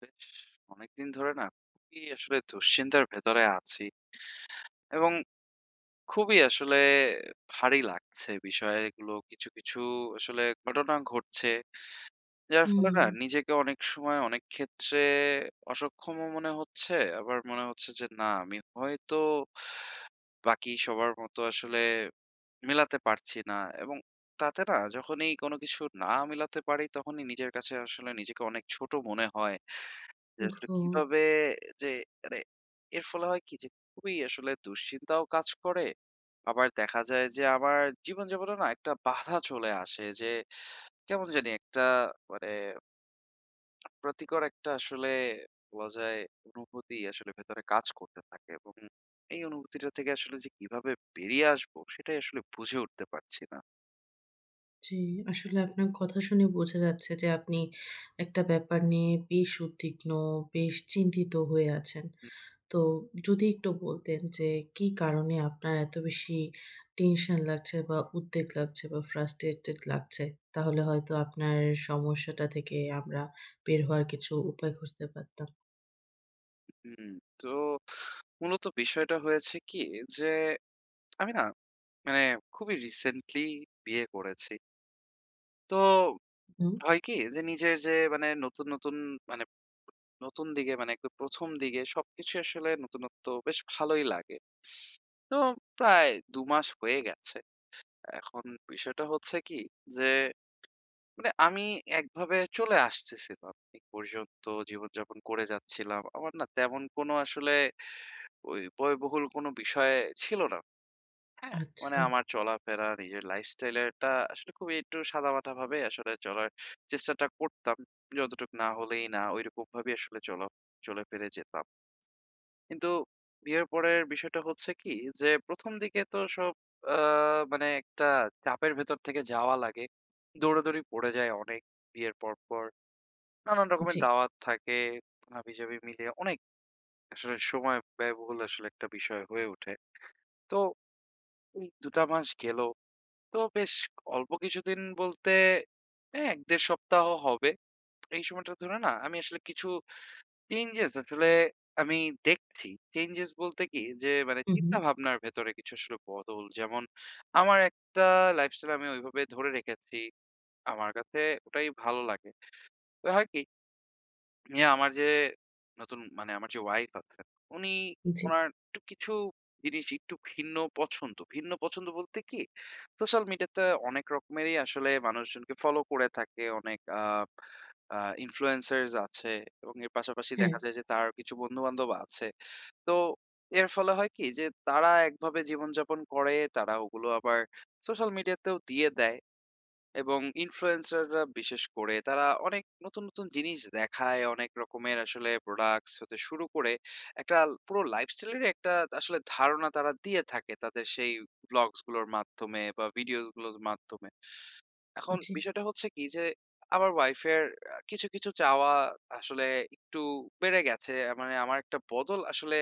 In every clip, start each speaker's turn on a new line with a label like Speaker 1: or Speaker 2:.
Speaker 1: বেশ অনেকদিন ধরে না খুবই আসলে দুশ্চিন্তার ভেতরে আছি, এবং খুবই আসলে ভারী লাগছে বিষয়গুলো। কিছু কিছু আসলে ঘটনা ঘটছে, যার ফলে
Speaker 2: হুম,
Speaker 1: না নিজেকে অনেক সময় অনেক ক্ষেত্রে অসক্ষম মনে হচ্ছে। আবার মনে হচ্ছে যে না আমি হয়তো বাকি সবার মতো আসলে মেলাতে পারছি না, এবং তাতে না যখনই কোনো কিছু না মেলাতে পারি তখনই নিজের কাছে আসলে নিজেকে অনেক ছোট মনে হয় যে আসলে
Speaker 2: ওহো!
Speaker 1: কিভাবে যে মানে এর ফলে হয় কি যে খুবই আসলে দুশ্চিন্তাও কাজ করে। আবার দেখা যায় যে আমার জীবনযাপনে না একটা বাধা চলে আসে, যে কেমন জানি একটা মানে প্রতিকর একটা আসলে বলা যায় অনুভূতি আসলে ভেতরে কাজ করতে থাকে, এবং এই অনুভূতিটা থেকে আসলে যে কিভাবে বেরিয়ে আসবো সেটাই আসলে বুঝে উঠতে পারছি না।
Speaker 2: জি, আসলে আপনার কথা শুনে বোঝা যাচ্ছে যে আপনি একটা ব্যাপার নিয়ে বেশ উদ্বিগ্ন, বেশ চিন্তিত হয়ে আছেন। তো যদি একটু বলতেন যে কি কারণে আপনার এত বেশি টেনশন লাগছে বা উদ্বেগ লাগছে বা ফ্রাস্ট্রেটেড লাগছে? তাহলে হয়তো আপনার সমস্যাটা থেকে আমরা বের হওয়ার কিছু উপায় খুঁজতে পারতাম।
Speaker 1: হুম, তো মূলত বিষয়টা হয়েছে কি যে আমি না মানে খুবই রিসেন্টলি বিয়ে করেছি। তো
Speaker 2: হুম,
Speaker 1: হয় কি যে নিজের যে মানে নতুন, নতুন মানে নতুন দিকে মানে একদম ১ম দিকে সবকিছু আসলে নতুনত্ব বেশ ভালোই লাগে। তো প্রায় ২ মাস হয়ে গেছে। এখন বিষয়টা হচ্ছে কি যে মানে আমি একভাবে চলে আসতেছিলাম। এই পর্যন্ত জীবনযাপন করে যাচ্ছিলাম। আমার না তেমন কোনো আসলে ওই ব্যয়বহুল কোনো বিষয় ছিল না। হ্যাঁ, মানে
Speaker 2: আচ্ছা।
Speaker 1: আমার চলাফেরা, নিজের লাইফস্টাইলটা আসলে খুবই একটু সাদামাটা ভাবে আসলে চলার চেষ্টাটা করতাম। যতটুক না হলেই না, ঐরকম ভাবেই আসলে চলা চলে ফিরে যেতাম। কিন্তু বিয়ের পরের বিষয়টা হচ্ছে কি যে ১ম দিকে তো সব আ মানে একটা চাপের ভেতর থেকে যাওয়া লাগে। দৌড়াদৌড়ি পড়ে যায় অনেক বিয়ের পরপর। নানান রকমের
Speaker 2: জি।
Speaker 1: দাওয়াত থাকে, হাবিজাবি মিলিয়ে অনেক আসলে সময় ব্যয়বহুল আসলে একটা বিষয় হয়ে ওঠে। তো ওই ২ টা মাস গেল। তো বেশ অল্প কিছুদিন বলতে হ্যাঁ ১-১.৫ সপ্তাহ হবে। এই সময়টা ধরে না আমি আসলে কিছু চেঞ্জেস আসলে আমি দেখছি। চেঞ্জেস বলতে কি যে মানে
Speaker 2: হু, হু।
Speaker 1: চিন্তাভাবনার ভেতরে কিছু আসলে বদল। যেমন আমার একটা লাইফস্টাইল আমি ওইভাবে ধরে রেখেছি। আমার কাছে ওটাই ভালো লাগে। তো হয় কি আমার যে নতুন মানে আমার যে ওয়াইফ আছেন, উনি
Speaker 2: জি।
Speaker 1: উনার একটু কিছু জিনিস একটু ভিন্ন পছন্দ। ভিন্ন পছন্দ বলতে কি? সোশ্যাল মিডিয়াতে অনেক রকমেরই আসলে মানুষজনকে ফলো করে থাকে। অনেক আ আ ইনফ্লুয়েন্সার্স আছে, এবং এর পাশাপাশি
Speaker 2: হ্যাঁ,
Speaker 1: দেখা যায় যে তার কিছু বন্ধু-বান্ধব আছে। তো এর ফলে হয় কি? যে তারা একভাবে জীবনযাপন করে, তারা ওগুলো আবার সোশ্যাল মিডিয়াতেও দিয়ে দেয়। এবং ইনফ্লুয়েন্সাররা বিশেষ করে তারা অনেক নতুন, নতুন জিনিস দেখায়, অনেক রকমের আসলে প্রোডাক্টস হতে শুরু করে একটা পুরো লাইফস্টাইলের একটা আসলে ধারণা তারা দিয়ে থাকে তাদের সেই ব্লগস গুলোর মাধ্যমে বা ভিডিওস গুলোর মাধ্যমে। এখন
Speaker 2: জি।
Speaker 1: বিষয়টা হচ্ছে কি যে আমার ওয়াইফের কিছু, কিছু চাওয়া আসলে একটু বেড়ে গেছে। মানে আমার একটা বদল আসলে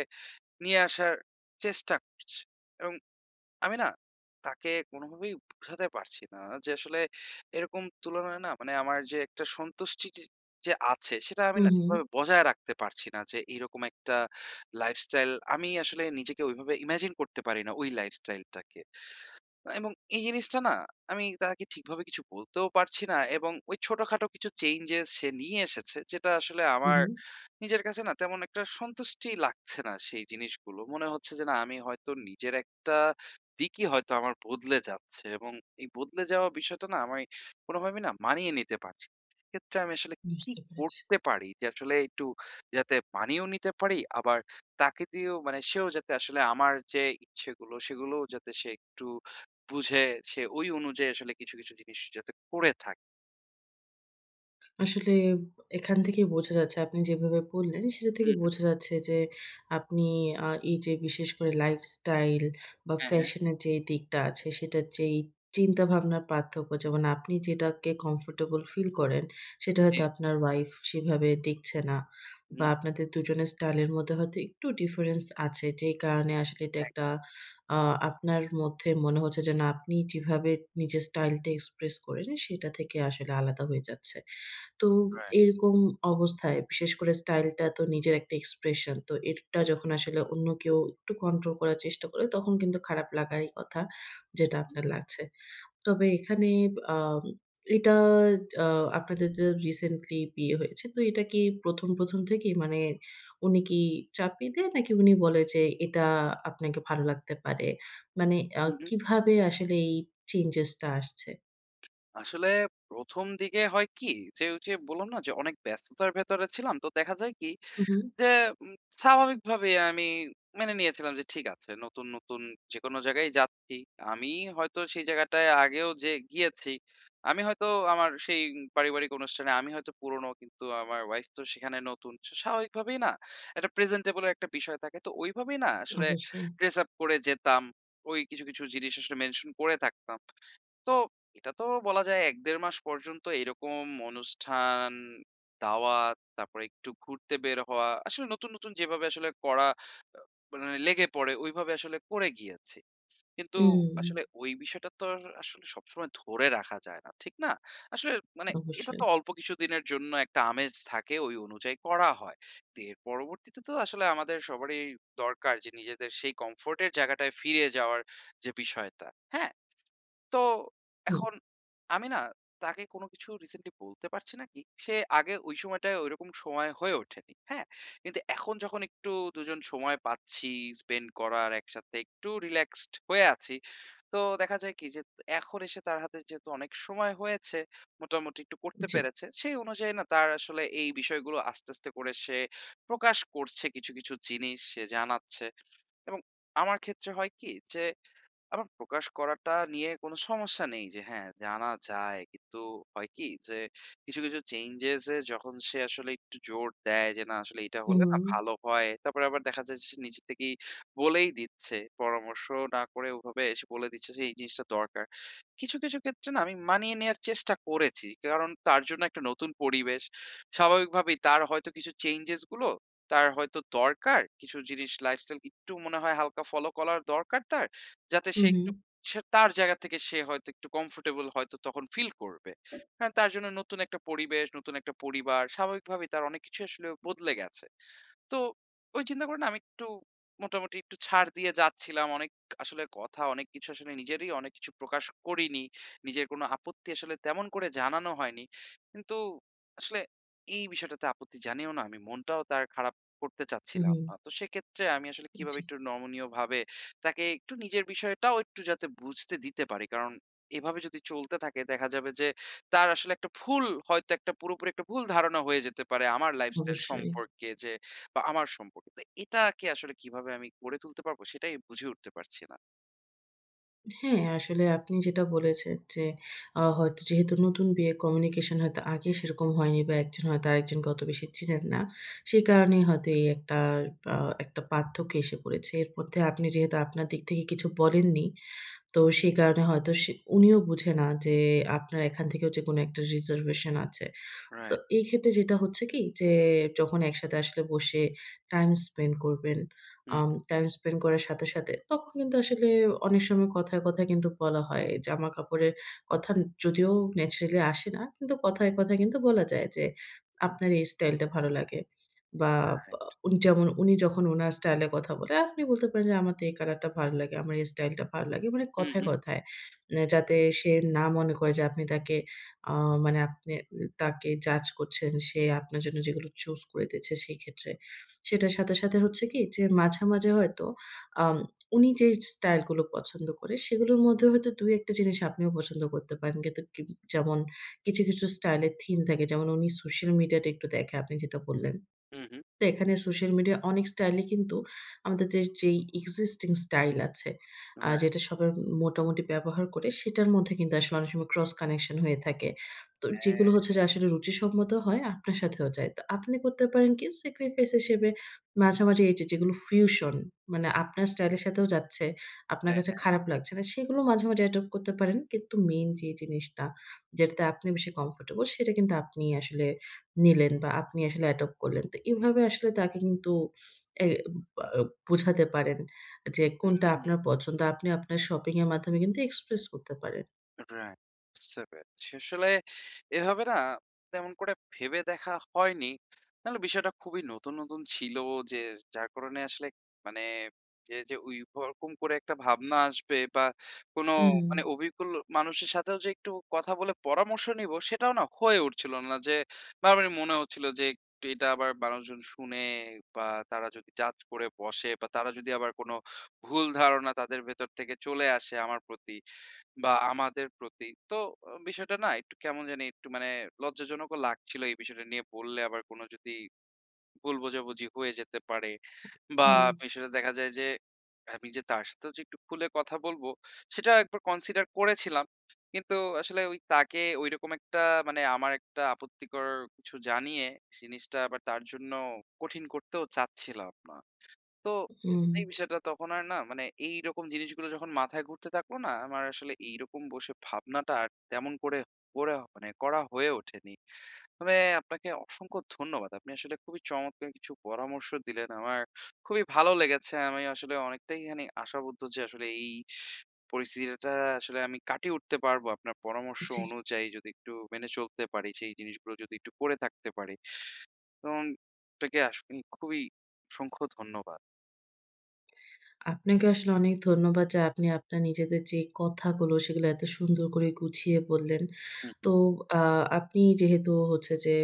Speaker 1: নিয়ে আসার চেষ্টা করছে, এবং আমি না তাকে কোনোভাবেই বোঝাতে পারছি না যে আসলে এরকম তুলনায় না মানে আমার যে একটা সন্তুষ্টি যে যে আছে সেটা আমি
Speaker 2: হু,
Speaker 1: না
Speaker 2: হু।
Speaker 1: ঠিকভাবে বজায় রাখতে পারছি না, যে এইরকম একটা লাইফস্টাইল আমি আসলে নিজেকে ওইভাবে ইমাজিন করতে পারি না ওই লাইফস্টাইলটাকে। এবং এই জিনিসটা না আমি তাকে ঠিকভাবে কিছু বলতেও পারছি না, এবং ওই ছোটখাটো কিছু চেঞ্জেস সে নিয়ে এসেছে যেটা আসলে
Speaker 2: হু,
Speaker 1: আমার
Speaker 2: হু।
Speaker 1: নিজের কাছে না তেমন একটা সন্তুষ্টি লাগছে না সেই জিনিসগুলো। মনে হচ্ছে যে না আমি হয়তো নিজের একটা দিকই হয়তো আমার বদলে যাচ্ছে, এবং এই বদলে যাওয়া বিষয়টা না আমি কোনোভাবেই না মানিয়ে নিতে পারছি না। এক্ষেত্রে আমি আসলে কি
Speaker 2: বুঝতে পেরেছি।
Speaker 1: করতে পারি যে আসলে একটু যাতে মানিয়েও নিতে পারি, আবার তাকে দিয়েও মানে সেও যাতে আসলে আমার যে ইচ্ছেগুলো সেগুলোও যাতে সে একটু বুঝে সে ওই অনুযায়ী আসলে কিছু, কিছু জিনিস যাতে করে থাকে।
Speaker 2: আসলে এখান থেকেই বোঝা যাচ্ছে আপনি যেভাবে বললেন, সেটা থেকে
Speaker 1: হুম, হুম।
Speaker 2: বোঝা যাচ্ছে যে আপনি এই যে বিশেষ করে লাইফস্টাইল বা
Speaker 1: হ্যাঁ, হ্যাঁ।
Speaker 2: ফ্যাশনের যে দিকটা আছে, সেটার যেই চিন্তাভাবনার পার্থক্য, যেমন আপনি যেটাকে কমফোর্টেবল ফিল করেন, সেটা
Speaker 1: জি।
Speaker 2: হয়তো আপনার ওয়াইফ সেভাবে দেখছে না
Speaker 1: হুম,
Speaker 2: বা আপনাদের দুজনের স্টাইলের মধ্যে হয়তো একটু ডিফারেন্স আছে। যেই কারণে আসলে এটা
Speaker 1: এক
Speaker 2: একটা আ আপনার মধ্যে মনে হচ্ছে যে না, আপনি যেভাবে নিজের স্টাইলটা এক্সপ্রেস করেন, সেটা থেকে আসলে আলাদা হয়ে যাচ্ছে। তো
Speaker 1: রাইট।
Speaker 2: এরকম অবস্থায় বিশেষ করে স্টাইলটা তো নিজের একটা এক্সপ্রেশন। তো এটা যখন আসলে অন্য কেউ একটু কন্ট্রোল করার চেষ্টা করে তখন কিন্তু খারাপ লাগারই কথা, যেটা
Speaker 1: হুম,
Speaker 2: আপনার লাগছে। তবে এখানে আম এটা আ আপনাদের যে রিসেন্টলি বিয়ে হয়েছে, তো এটা কি ১ম, ১ম থেকেই? মানে উনি কি চাপিয়ে দেয় নাকি উনি বলে যে এটা আপনাকে ভালো লাগতে পারে? মানে
Speaker 1: হুম।
Speaker 2: কিভাবে আসলে এই চেঞ্জেস টা আসছে?
Speaker 1: আসলে ১ম দিকে হয় কি যে, ওই যে বললাম না যে অনেক ব্যস্ততার ভেতরে ছিলাম। তো দেখা যায় কি
Speaker 2: হু, হু,
Speaker 1: যে উম স্বাভাবিকভাবেই আমি মেনে নিয়েছিলাম যে ঠিক আছে নতুন, নতুন যেকোনো জায়গায় যাচ্ছি। আমি হয়তো সেই জায়গাটায় আগেও যে গিয়েছি। আমি হয়তো আমার সেই পারিবারিক অনুষ্ঠানে আমি হয়তো পুরনো, কিন্তু আমার ওয়াইফ তো সেখানে নতুন। স্বাভাবিকভাবেই না একটা প্রেজেন্টেবল একটা বিষয় থাকে। তো ওইভাবেই না আসলে
Speaker 2: অবশ্যই।
Speaker 1: ড্রেস আপ করে যেতাম। ওই কিছু, কিছু জিনিস আসলে মেনশন করে থাকতাম। তো এটা তো বলা যায় ১-১.৫ মাস পর্যন্ত এরকম অনুষ্ঠান, দাওয়াত, তারপরে একটু ঘুরতে বের হওয়া। আসলে নতুন, নতুন যেভাবে আসলে করা আ মানে লেগে পড়ে ওইভাবে আসলে করে গিয়েছি। কিন্তু
Speaker 2: হুম,
Speaker 1: আসলে ওই বিষয়টা তো আর আসলে সবসময় ধরে রাখা যায় না। ঠিক না? আসলে মানে এটা
Speaker 2: অবশ্যই।
Speaker 1: তো অল্প কিছুদিনের জন্য একটা আমেজ থাকে ওই অনুযায়ী করা হয়। তো এর পরবর্তীতে তো আসলে আমাদের সবারই দরকার যে নিজেদের সেই কমফোর্ট এর জায়গাটায় ফিরে যাওয়ার যে বিষয়টা। হ্যাঁ? তো
Speaker 2: হুম।
Speaker 1: এখন আমি না তাকে কোনো কিছু রিসেন্টলি বলতে পারছি না, কি সে আগে ওই সময়টায় ওইরকম সময় হয়ে ওঠেনি। হ্যাঁ, কিন্তু এখন যখন একটু দুজন সময় পাচ্ছি স্পেন্ড করার, একসাথে একটু রিল্যাক্সড হয়ে আছি, তো দেখা যায় কি যে এখন এসে তার হাতে যেহেতু অনেক সময় হয়েছে, মোটামুটি একটু করতে
Speaker 2: জি।
Speaker 1: পেরেছে, সেই অনুযায়ী না তার আসলে এই বিষয়গুলো আস্তে আস্তে করে সে প্রকাশ করছে, কিছু কিছু জিনিস সে জানাচ্ছে। এবং আমার ক্ষেত্রে হয় কি যে আমার প্রকাশ করাটা নিয়ে কোনো সমস্যা নেই যে হ্যাঁ, জানা যায়। কিন্তু হয় কি যে কিছু, কিছু চেঞ্জেস এ যখন সে আসলে একটু জোর দেয় যে না আসলে এটা হলে না
Speaker 2: হুম,
Speaker 1: ভালো হয়। তারপরে আবার দেখা যায় যে সে নিজে থেকেই বলেই দিচ্ছে। পরামর্শ না করে ওভাবে এসে বলে দিচ্ছে যে এই জিনিসটা দরকার। কিছু, কিছু ক্ষেত্রে না আমি মানিয়ে নেয়ার চেষ্টা করেছি। কারণ তার জন্য একটা নতুন পরিবেশ। স্বাভাবিকভাবেই তার হয়তো কিছু চেঞ্জেস গুলো তার হয়তো দরকার। কিছু জিনিস লাইফস্টাইল একটু মনে হয় হালকা ফলো করার দরকার তার। যাতে
Speaker 2: হুম,
Speaker 1: সে
Speaker 2: হুম,
Speaker 1: একটু সে তার জায়গা থেকে সে হয়তো একটু কমফোর্টেবল হয়তো তখন ফিল করবে। কারণ তার জন্য নতুন একটা পরিবেশ, নতুন একটা পরিবার, স্বাভাবিকভাবেই তার অনেক কিছু আসলে বদলে গেছে। তো ওই চিন্তা করে না আমি একটু মোটামুটি একটু ছাড় দিয়ে যাচ্ছিলাম। অনেক আসলে কথা, অনেক কিছু আসলে নিজেরই অনেক কিছু প্রকাশ করিনি। নিজের কোনো আপত্তি আসলে তেমন করে জানানো হয়নি। কিন্তু আসলে এই বিষয়টাতে আপত্তি জানিয়েও না আমি মনটাও তার খারাপ করতে চাচ্ছিলাম
Speaker 2: হুম,
Speaker 1: না। তো সেক্ষেত্রে আমি আসলে
Speaker 2: জি,
Speaker 1: কিভাবে একটু নমনীয়ভাবে তাকে একটু নিজের বিষয়টাও একটু যাতে বুঝতে দিতে পারি। কারণ এভাবে যদি চলতে থাকে দেখা যাবে যে তার আসলে একটা ভুল হয়তো একটা পুরোপুরি একটা ভুল ধারণা হয়ে যেতে পারে আমার লাইফস্টাইল
Speaker 2: অবশ্যই।
Speaker 1: সম্পর্কে, যে বা আমার সম্পর্কে। তো এটাকে আসলে কিভাবে আমি গড়ে তুলতে পারবো সেটাই বুঝে উঠতে পারছি না।
Speaker 2: হ্যাঁ, আসলে আপনি যেটা বলেছেন যে হয়তো যেহেতু নতুন বিয়ে কমিউনিকেশন হয়তো আগে সেরকম হয়নি বা একজন হয়তো আরেকজনকে অত বেশি চিনেন না। সেই কারণেই হয়তো এই একটা আ একটা পার্থক্য এসে পড়েছে। এর মধ্যে আপনি যেহেতু আপনার দিক থেকে কিছু বলেননি, তো সেই কারণে হয়তো উনিও বুঝে না যে আপনার এখান থেকেও যে কোনো একটা রিজার্ভেশন আছে। তো
Speaker 1: রাইট।
Speaker 2: এই ক্ষেত্রে যেটা হচ্ছে কি যে, যখন একসাথে আসলে বসে টাইম স্পেন্ড করবেন,
Speaker 1: হুম, রাইট। হুম,
Speaker 2: টাইম স্পেন্ড করার সাথে, সাথে তখন কিন্তু আসলে অনেক সময় কথায়, কথায় কিন্তু বলা হয়। জামাকাপড়ের কথা যদিও ন্যাচারালি আসে না, কিন্তু কথায়, কথায় কিন্তু বলা যায় যে, "আপনার এই স্টাইলটা ভালো লাগে" বা বা
Speaker 1: রাইট।
Speaker 2: উনি যেমন যখন উনার স্টাইলে কথা বলে, আপনি বলতে পারেন যে, "আমার তো এই কালারটা ভালো লাগে, আমার এই স্টাইলটা ভালো লাগে।" মানে
Speaker 1: হুম,
Speaker 2: কথায়,
Speaker 1: হুম।
Speaker 2: কথায়। মানে যাতে সে না মনে করে যে আপনি তাকে আ মানে আপনি তাকে জাজ করছেন, সে আপনার জন্য যেগুলো চুজ করে দিয়েছে সেক্ষেত্রে। সেটার সাথে, সাথে হচ্ছে কি যে মাঝে, মাঝে হয়তো আম উনি যে স্টাইল গুলো পছন্দ করে সেগুলোর মধ্যে হয়তো ২-১ টা জিনিস আপনিও পছন্দ করতে পারেন। কিন্তু কি যেমন কিছু, কিছু স্টাইল এর থিম থাকে যেমন উনি সোশ্যাল মিডিয়াটা একটু দেখে আপনি যেটা বললেন।
Speaker 1: হুম, হুম।
Speaker 2: তো এখানে সোশ্যাল মিডিয়া অনেক স্টাইলই কিন্তু আমাদের যে যেই এক্সিস্টিং স্টাইল আছে,
Speaker 1: রাইট।
Speaker 2: যেটা সবাই মোটামুটি ব্যবহার করে সেটার মধ্যে কিন্তু আসলে অনেক সময় ক্রস কানেকশন হয়ে থাকে। তো
Speaker 1: হ্যাঁ,
Speaker 2: যেগুলো হচ্ছে যে আসলে রুচিসম্মত হয় আপনার সাথেও যায়। তো আপনি করতে পারেন কি সেক্রিফাইস হিসেবে মাঝামাঝি এই যে যেগুলো ফিউশন মানে আপনার স্টাইলের সাথেও যাচ্ছে, আপনার
Speaker 1: হ্যাঁ।
Speaker 2: কাছে খারাপ লাগছে না সেগুলো মাঝে, মাঝে অ্যাডপ্ট করতে পারেন। কিন্তু মেইন যে জিনিসটা যেটাতে আপনি বেশি কমফোর্টেবল সেটা কিন্তু আপনি আসলে নিলেন বা আপনি আসলে অ্যাডপ্ট করলেন। তো এভাবে আসলে তাকে কিন্তু এ বা বোঝাতে পারেন যে
Speaker 1: হ্যাঁ,
Speaker 2: কোনটা
Speaker 1: হুম।
Speaker 2: আপনার পছন্দ। আপনি আপনার শপিং এর মাধ্যমে কিন্তু এক্সপ্রেস করতে পারেন।
Speaker 1: রাইট, বুঝতে পেরেছি। আসলে এভাবে না তেমন করে ভেবে দেখা হয়নি। নাহলে বিষয়টা খুবই নতুন, নতুন ছিল যে, যার কারণে আসলে মানে যে ওইরকম করে একটা ভাবনা আসবে বা কোনো
Speaker 2: হুম,
Speaker 1: মানে অভিজ্ঞ মানুষের সাথেও যে একটু কথা বলে পরামর্শ নিবো সেটাও না হয়ে উঠছিল না। যে বারবারই মনে হচ্ছিল যে একটু এটা আবার মানুষজন শুনে বা তারা যদি জাজ করে বসে, বা তারা যদি আবার কোনো ভুল ধারণা তাদের ভেতর থেকে চলে আসে আমার প্রতি বা আমাদের প্রতি। তো বিষয়টা না একটু কেমন জানি একটু মানে লজ্জাজনকও লাগছিল এই বিষয়টা নিয়ে বললে আবার কোনো যদি ভুল বোঝাবুঝি হয়ে যেতে পারে বা
Speaker 2: হুম।
Speaker 1: বিষয়টা দেখা যায় যে আমি যে তার সাথেও যে একটু খুলে কথা বলবো সেটা একবার কনসিডার করেছিলাম। কিন্তু আসলে ওই তাকে ঐরকম একটা মানে আমার একটা আপত্তিকর কিছু জানিয়ে জিনিসটা আবার তার জন্য কঠিন করতেও চাচ্ছিলাম না। তো
Speaker 2: হুম,
Speaker 1: এই বিষয়টা তখন আর না মানে এইরকম জিনিসগুলো যখন মাথায় ঘুরতে থাকলো না, আমার আসলে এইরকম বসে ভাবনাটা আর তেমন করে করে মানে করা হয়ে ওঠেনি। তবে আপনাকে অসংখ্য ধন্যবাদ। আপনি আসলে খুবই চমৎকার কিছু পরামর্শ দিলেন। আমার খুবই ভালো লেগেছে। আমি আসলে অনেকটাই খানি আশাবদ্ধ যে আসলে এই পরিস্থিতিটা আসলে আমি কাটিয়ে উঠতে পারবো আপনার পরামর্শ
Speaker 2: জি।
Speaker 1: অনুযায়ী, যদি একটু মেনে চলতে পারি, সেই জিনিসগুলো যদি একটু করে থাকতে পারি। তো আপনাকে আসলে খুবই অসংখ্য ধন্যবাদ।
Speaker 2: আপনাকে আসলে অনেক ধন্যবাদ যে আপনি আপনার নিজেদের যে কথাগুলো সেগুলো এত সুন্দর করে গুছিয়ে বললেন। তো
Speaker 1: হুম।
Speaker 2: আ আপনি যেহেতু হচ্ছে যে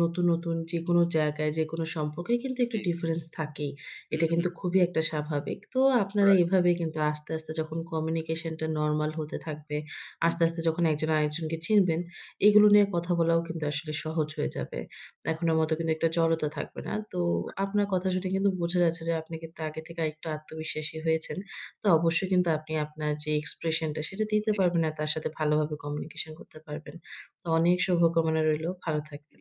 Speaker 2: নতুন, নতুন যেকোনো জায়গায় যেকোনো সম্পর্কে কিন্তু একটু
Speaker 1: জি,
Speaker 2: ডিফারেন্স থাকেই। এটা
Speaker 1: হুম,
Speaker 2: কিন্তু খুবই একটা স্বাভাবিক। তো আপনারা
Speaker 1: রাইট।
Speaker 2: এভাবে কিন্তু আস্তে, আস্তে যখন কমিউনিকেশনটা নরমাল হতে থাকবে,
Speaker 1: হুম,
Speaker 2: আস্তে,
Speaker 1: হুম,
Speaker 2: আস্তে যখন একজন আরেকজনকে চিনবেন, এগুলো নিয়ে কথা বলাও কিন্তু আসলে সহজ হয়ে যাবে। এখনের মতো কিন্তু একটা জড়তা থাকবে না। তো আপনার কথা শুনে কিন্তু বোঝা যাচ্ছে যে আপনি কিন্তু আগে থেকে আরেকটু আত্মবিশ্বাসী হয়েছেন। তো অবশ্যই কিন্তু আপনি আপনার যে এক্সপ্রেশনটা সেটা দিতে
Speaker 1: জি,
Speaker 2: পারবেন আর তার সাথে ভালোভাবে কমিউনিকেশন করতে পারবেন। তো অনেক শুভকামনা রইলো। ভালো থাকবেন।
Speaker 1: জি।